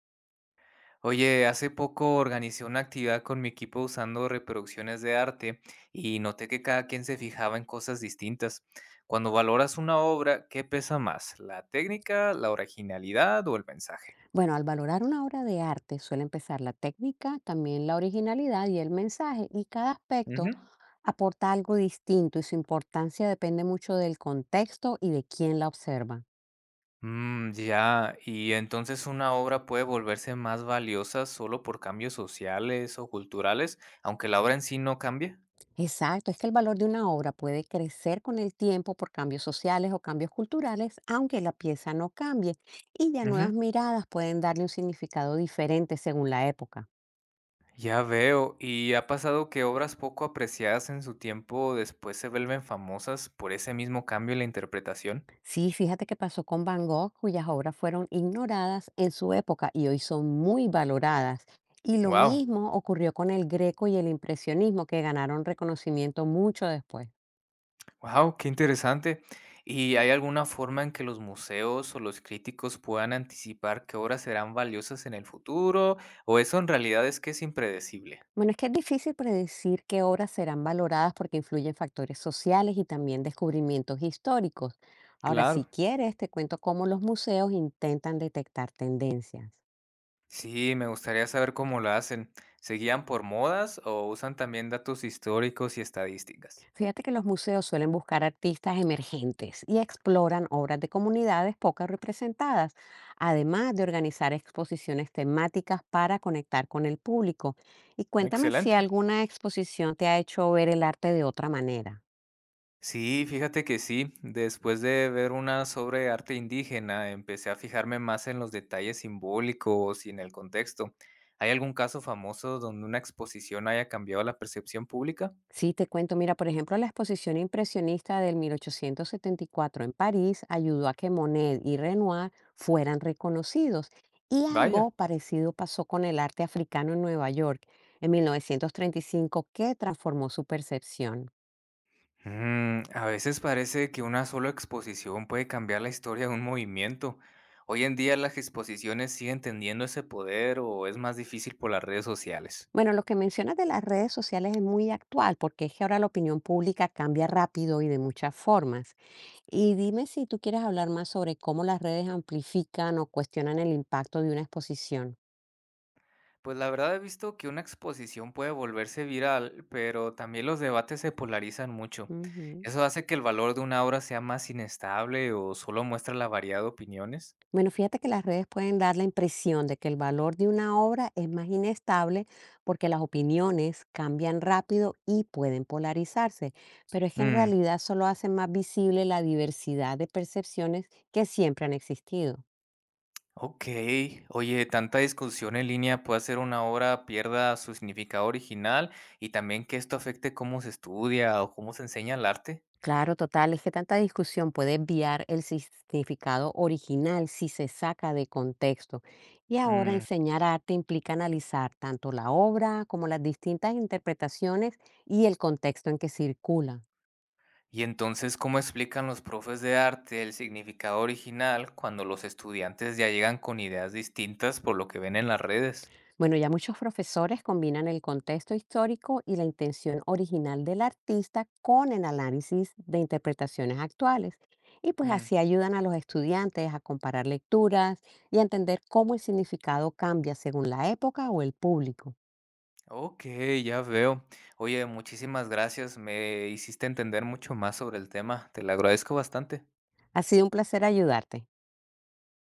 Oye, hace poco organicé una actividad con mi equipo usando reproducciones de arte y noté que cada quien se fijaba en cosas distintas. Cuando valoras una obra, ¿qué pesa más? ¿La técnica, la originalidad o el mensaje? Bueno, al valorar una obra de arte suele empezar la técnica, también la originalidad y el mensaje, y cada Ujú. aspecto aporta algo distinto y su importancia depende mucho del contexto y de quién la observa. Ya, y entonces una obra puede volverse más valiosa solo por cambios sociales o culturales, aunque la obra en sí no cambie. Exacto, es que el valor de una obra puede crecer con el tiempo por cambios sociales o cambios culturales, aunque la pieza no cambie, y ya nuevas miradas pueden darle un significado diferente según la época. Ya veo, ¿y ha pasado que obras poco apreciadas en su tiempo después se vuelven famosas por ese mismo cambio en la interpretación? Sí, fíjate que pasó con Van Gogh, cuyas obras fueron ignoradas en su época y hoy son muy valoradas. Y lo Wow, mismo ocurrió con el Greco y el impresionismo, que ganaron reconocimiento mucho después. wow, qué interesante. ¿Y hay alguna forma en que los museos o los críticos puedan anticipar qué obras serán valiosas en el futuro? ¿O eso en realidad es impredecible? Bueno, es que es difícil predecir qué obras serán valoradas porque influyen factores sociales y también descubrimientos históricos. Ahora, si Claro. quieres, te cuento cómo los museos intentan detectar tendencias. Sí, me gustaría saber cómo lo hacen. ¿Se guían por modas o usan también datos históricos y estadísticas? Fíjate que los museos suelen buscar artistas emergentes y exploran obras de comunidades pocas representadas, además de organizar exposiciones temáticas para conectar con el público. Y cuéntame si Excelente. alguna exposición te ha hecho ver el arte de otra manera. Sí, fíjate que sí. Después de ver una sobre arte indígena, empecé a fijarme más en los detalles simbólicos y en el contexto. ¿Hay algún caso famoso donde una exposición haya cambiado la percepción pública? Sí, te cuento, mira, por ejemplo, la exposición impresionista del 1874 en París ayudó a que Monet y Renoir fueran reconocidos, y Vaya. algo parecido pasó con el arte africano en Nueva York en 1935, que transformó su percepción. A veces parece que una sola exposición puede cambiar la historia de un movimiento. ¿Hoy en día las exposiciones siguen teniendo ese poder o es más difícil por las redes sociales? Bueno, lo que mencionas de las redes sociales es muy actual, porque es que ahora la opinión pública cambia rápido y de muchas formas. Y dime si tú quieres hablar más sobre cómo las redes amplifican o cuestionan el impacto de una exposición. Pues la verdad he visto que una exposición puede volverse viral, pero también los debates se polarizan mucho. Ujú. ¿Eso hace que el valor de una obra sea más inestable o solo muestra la variedad de opiniones? Bueno, fíjate que las redes pueden dar la impresión de que el valor de una obra es más inestable porque las opiniones cambian rápido y pueden polarizarse, pero es que en Mm, realidad solo hacen más visible la diversidad de percepciones que siempre han existido. ok. Oye, tanta discusión en línea puede hacer una obra pierda su significado original y también que esto afecte cómo se estudia o cómo se enseña el arte. Claro, total, es que tanta discusión puede enviar el significado original si se saca de contexto. Y ahora Mm, enseñar arte implica analizar tanto la obra como las distintas interpretaciones y el contexto en que circula. Y entonces, ¿cómo explican los profes de arte el significado original cuando los estudiantes ya llegan con ideas distintas por lo que ven en las redes? Bueno, ya muchos profesores combinan el contexto histórico y la intención original del artista con el análisis de interpretaciones actuales. Y pues Mm, así ayudan a los estudiantes a comparar lecturas y a entender cómo el significado cambia según la época o el público. ok, ya veo. Oye, muchísimas gracias. Me hiciste entender mucho más sobre el tema. Te lo agradezco bastante. Ha sido un placer ayudarte.